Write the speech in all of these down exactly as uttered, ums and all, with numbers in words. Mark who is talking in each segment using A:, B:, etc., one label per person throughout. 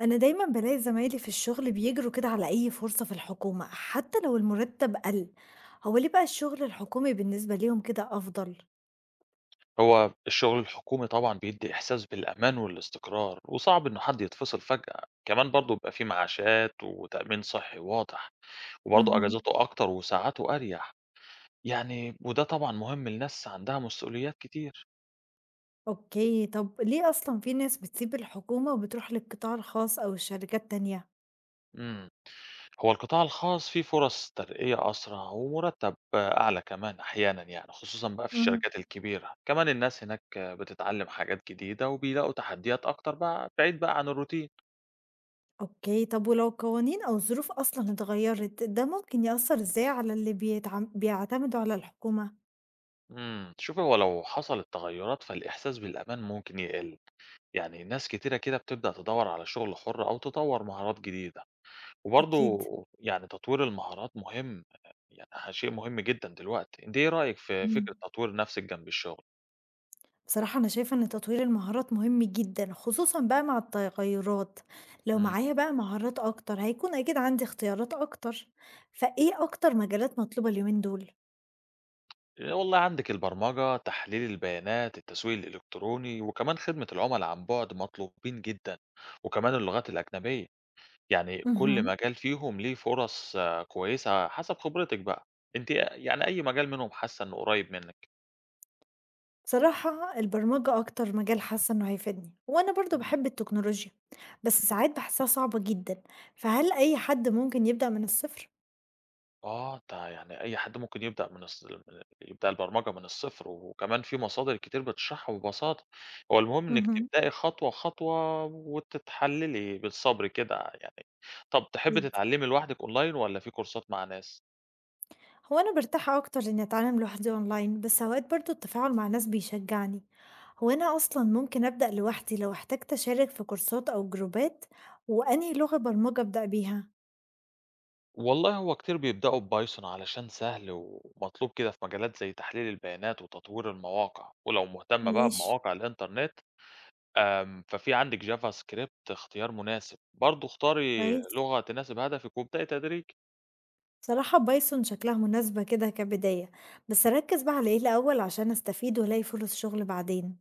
A: أنا دايمًا بالاقي زمايلي في الشغل بيجروا كده على أي فرصة في الحكومة، حتى لو المرتب قل، هو ليه بقى الشغل الحكومي بالنسبة ليهم كده أفضل؟
B: هو الشغل الحكومي طبعًا بيدّي إحساس بالأمان والاستقرار، وصعب إنه حد يتفصل فجأة، كمان برضه بيبقى في معاشات وتأمين صحّي واضح، وبرضه
A: مهم.
B: أجازاته أكتر وساعاته أريح، يعني وده طبعًا مهم لناس عندها مسؤوليات كتير.
A: أوكي، طب ليه أصلًا في ناس بتسيب الحكومة وبتروح للقطاع الخاص أو الشركات تانية؟
B: إمم. هو القطاع الخاص فيه فرص ترقية أسرع ومرتب أعلى كمان أحيانًا يعني، خصوصًا بقى في الشركات
A: مهم.
B: الكبيرة، كمان الناس هناك بتتعلم حاجات جديدة وبيلاقوا تحديات أكتر بقى بعيد بقى عن الروتين.
A: أوكي، طب ولو القوانين أو الظروف أصلًا اتغيرت، ده ممكن يأثر إزاي على اللي بيتعم بيعتمدوا على الحكومة؟
B: إمم، شوفي هو لو حصلت تغيرات فالإحساس بالأمان ممكن يقل، يعني ناس كتيرة كده بتبدأ تدور على شغل حُر أو تطوّر مهارات جديدة، وبرضه
A: أكيد.
B: يعني تطوير المهارات مهم، يعني ح شيء مهم جدًا دلوقتي، أنتِ إيه رأيِك في
A: مم.
B: فكرة تطوير نَفْسِك جنب الشغل؟
A: بصراحة أنا شايفة إن تطوير المهارات مهم جدًا، خصوصًا بقى مع التغيرات، لو
B: إمم،
A: معايا بقى مهارات أكتر هيكون أكيد عندي اختيارات أكتر، فإيه أكتر مجالات مطلوبة اليومين دول؟
B: والله عندِك البرمجة، تحليل البيانات، التسويق الإلكتروني، وكمان خدمة العُملا عن بُعد مطلوبين جدًا، وكمان اللغات الأجنبية. يعني كل
A: اهم.
B: مجال فيهم ليه فرص آه، كويسة حسب خبرتِك بقى، أنتِ يعني أي مجال منهم حاسة إنه قريب منِّك؟
A: بصراحة البرمجة أكتر مجال حاسة إنه هيفيدني، وأنا برضه
B: إمم.
A: باحب التكنولوجيا، بس ساعات باحسها صعبة جدًا، فهل أي حد ممكن يبدأ من الصفر؟
B: آه، ده يعني أي حد ممكن يبدأ من الص من يبدأ البرمجة من الصفر، وكمان في مصادر كتير بتشرحها ببساطة، هو المهم إنِّك
A: اهم.
B: تبدئي خطوة، خطوة وتتحللي بالصبر كده يعني. طب تحبي
A: أكيد.
B: تتعلمي لوحدِك أونلاين والّا في كورسات مع ناس؟
A: هو أنا برتاح أكتر إني أتعلم لوحدي أونلاين، بس أوقات برضو التفاعل مع ناس بيشجعني. هو أنا أصلا ممكن أبدأ لوحدي لو احتجت أشارك في كورسات أو جروبات. وأنهي لغة برمجة أبدأ بيها؟
B: والله هو كتير بيبدأوا ببايثون علشان سهل ومطلوب كده في مجالات زي تحليل البيانات وتطوير المواقع ولو مهتمة بقى
A: ماشي.
B: بمواقع الإنترنت. آم، ففي عندك جافا سكريبت اختيار مناسب برضو اختاري
A: كويس.
B: لغة تناسب هدفك وابدأي تدريج.
A: بصراحة بايثون شكلها مناسبة كده كبداية، بس أركز بقى على إيه الأول عشان أستفيد وألاقي فرص شغل بعدين؟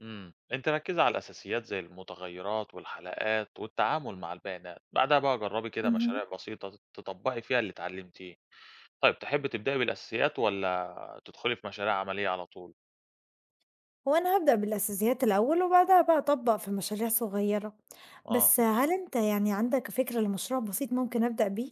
B: امم انت ركزي على الأساسيات زي المتغيرات والحلقات والتعامل مع البيانات بعدها بقى جربي كده
A: مهم.
B: مشاريع بسيطة تطبقي فيها اللي اتعلمتيه. طيب تحبي تبدأي بالأساسيات ولا تدخلي في مشاريع عملية على طول؟
A: هو أنا هبدأ بالأساسيات الأول وبعدها بقى أطبق في مشاريع صغيرة.
B: اه.
A: بس هل أنت يعني عندك فكرة لمشروع بسيط ممكن أبدأ بيه؟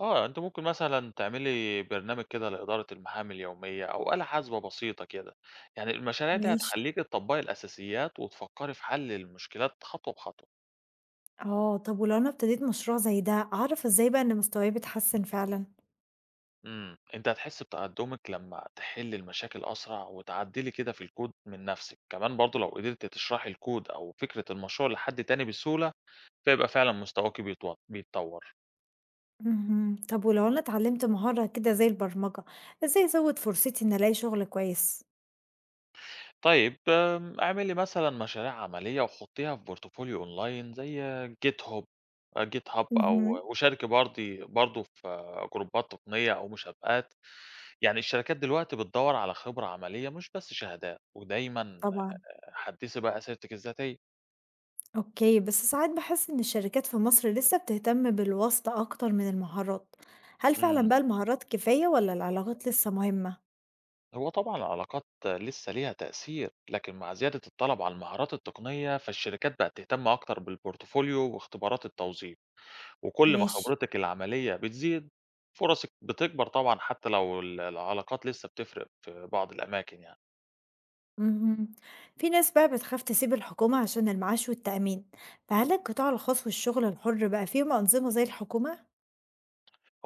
B: آه، أنتِ ممكن مثلًا تعملي برنامج كده لإدارة المهام اليومية أو آلة حاسبة بسيطة كده، يعني المشاريع دي
A: ماشي.
B: هتخلّيكِ تطبّقي الأساسيات وتفكّري في حل المشكلات خطوة بخطوة.
A: آه، طب ولو أنا ابتديت مشروع زي ده، أعرف إزاي بقى إن مستواي بيتحسن فعلًا؟
B: إمم، أنتِ هتحسّي بتقدُّمِك لمّا تحلّي المشاكل أسرع وتعدّلي كده في الكود من نَفْسِك، كمان برضه لو قدرتِ تشرحي الكود أو فكرة المشروع لحد تاني بسهولة، فيبقى فعلًا مستواكِ بيتو بيتطوّر.
A: اهم، طب ولو أنا اتعلمت مهارة كده زي البرمجة، إزاي أزود فرصتي إن ألاقي شغل كويس؟
B: طيب آمم، اعملي مثلًا مشاريع عملية وحطّيها في portfolio online زي GitHub. آآ GitHub
A: اهم،
B: أو وشاركي برضي برضه في آه، جروبات تقنية أو مسابقات، يعني الشركات دلوقتي بتدوّر على خبرة عملية مش بس شهادات، ودايمًا
A: طبعًا،
B: حدّثي بقى سيرتِك الذاتية.
A: أوكي، بس ساعات باحس إن الشركات في مصر لسه بتهتم بالواسطة أكتر من المهارات، هل فعلًا
B: إمم،
A: بقى المهارات كفاية والّا العلاقات لسه مهمة؟
B: هو طبعًا العلاقات لسه ليها تأثير، لكن مع زيادة الطلب على المهارات التقنية، فالشركات بقت تهتم أكتر بالportfolio واختبارات التوظيف. وكل ما
A: ماشي،
B: خبرتِك العملية بتزيد، فرصِك بتكبر طبعًا حتى لو ال العلاقات لسه بتفرق في بعض الأماكن يعني.
A: اهم، في ناس بقى بتخاف تسيب الحكومة عشان المعاش والتأمين، فهل القطاع الخاص والشغل الحر بقى فيهم أنظمة زي الحكومة؟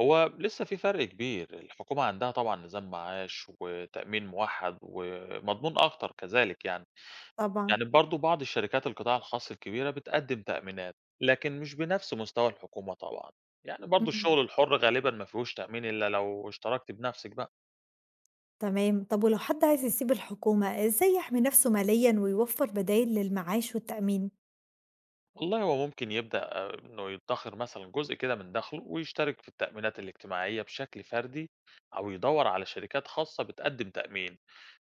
B: هو لسه في فرق كبير، الحكومة عندها طبعًا نظام معاش وتأمين موحّد ومضمون أكتر كذلك يعني.
A: طبعًا.
B: يعني برضه بعض الشركات القطاع الخاص الكبيرة بتقدّم تأمينات، لكن مش بنفس مستوى الحكومة طبعًا. يعني برضه
A: إمم،
B: الشغل الحُر غالبًا ما فيهوش تأمين إلا لو اشتركتِ بنفسِك بقى.
A: تمام. طب ولو حد عايز يسيب الحكومة، إزاي يحمي نفسه ماليًا ويوفّر بدايل للمعاش والتأمين؟
B: والله هو ممكن يبدأ، آه، إنه يدخر مثلا جزء كده من دخله ويشترك في التأمينات الاجتماعية بشكل فردي أو يدور على شركات خاصة بتقدم تأمين.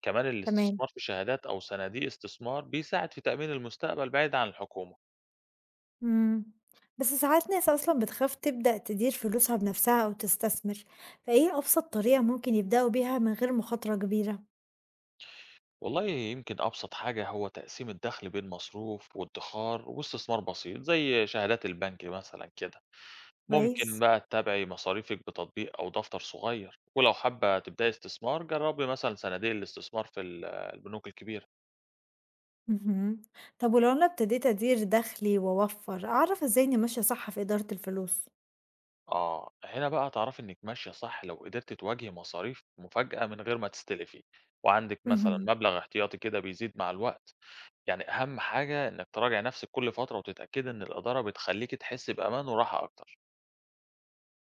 B: كمان
A: تمام،
B: الاستثمار في شهادات أو صناديق استثمار بيساعد في تأمين المستقبل بعيد عن الحكومة.
A: إمم. بس ساعات ناس أصلًا بتخاف تبدأ تدير فلوسها بنفسها أو تستثمر، فإيه أبسط طريقة ممكن يبدأوا بيها من غير مخاطرة كبيرة؟
B: والله يمكن أبسط حاجة هو تقسيم الدخل بين مصروف وادخار واستثمار بسيط زي شهادات البنك مثلا كده. ممكن
A: كويس،
B: بقى تتابعي مصاريفك بتطبيق أو دفتر صغير، ولو حابة تبدأي استثمار جربي مثلا صناديق الاستثمار في ال- البنوك الكبيرة.
A: اهم. طب ولو أنا ابتديت أدير دخلي وأوفّر، أعرف إزاي إني ماشية صح في إدارة الفلوس؟
B: آه، هنا بقى هتعرفي إنِك ماشية صح لو قدرتِ تواجهي مصاريف مفاجأة من غير ما تستلفي، وعندِك مثلًا
A: اهم،
B: مبلغ احتياطي كده بيزيد مع الوقت، يعني أهم حاجة إنِك تراجعي نفسِك كل فترة وتتأكدي إن الإدارة بتخليكِ تحسي بأمان وراحة أكتر.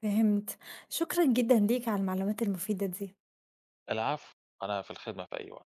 A: فهمت. شكرًا جدًا ليك على المعلومات المفيدة دي.
B: العفو، أنا في الخدمة في أي وقت.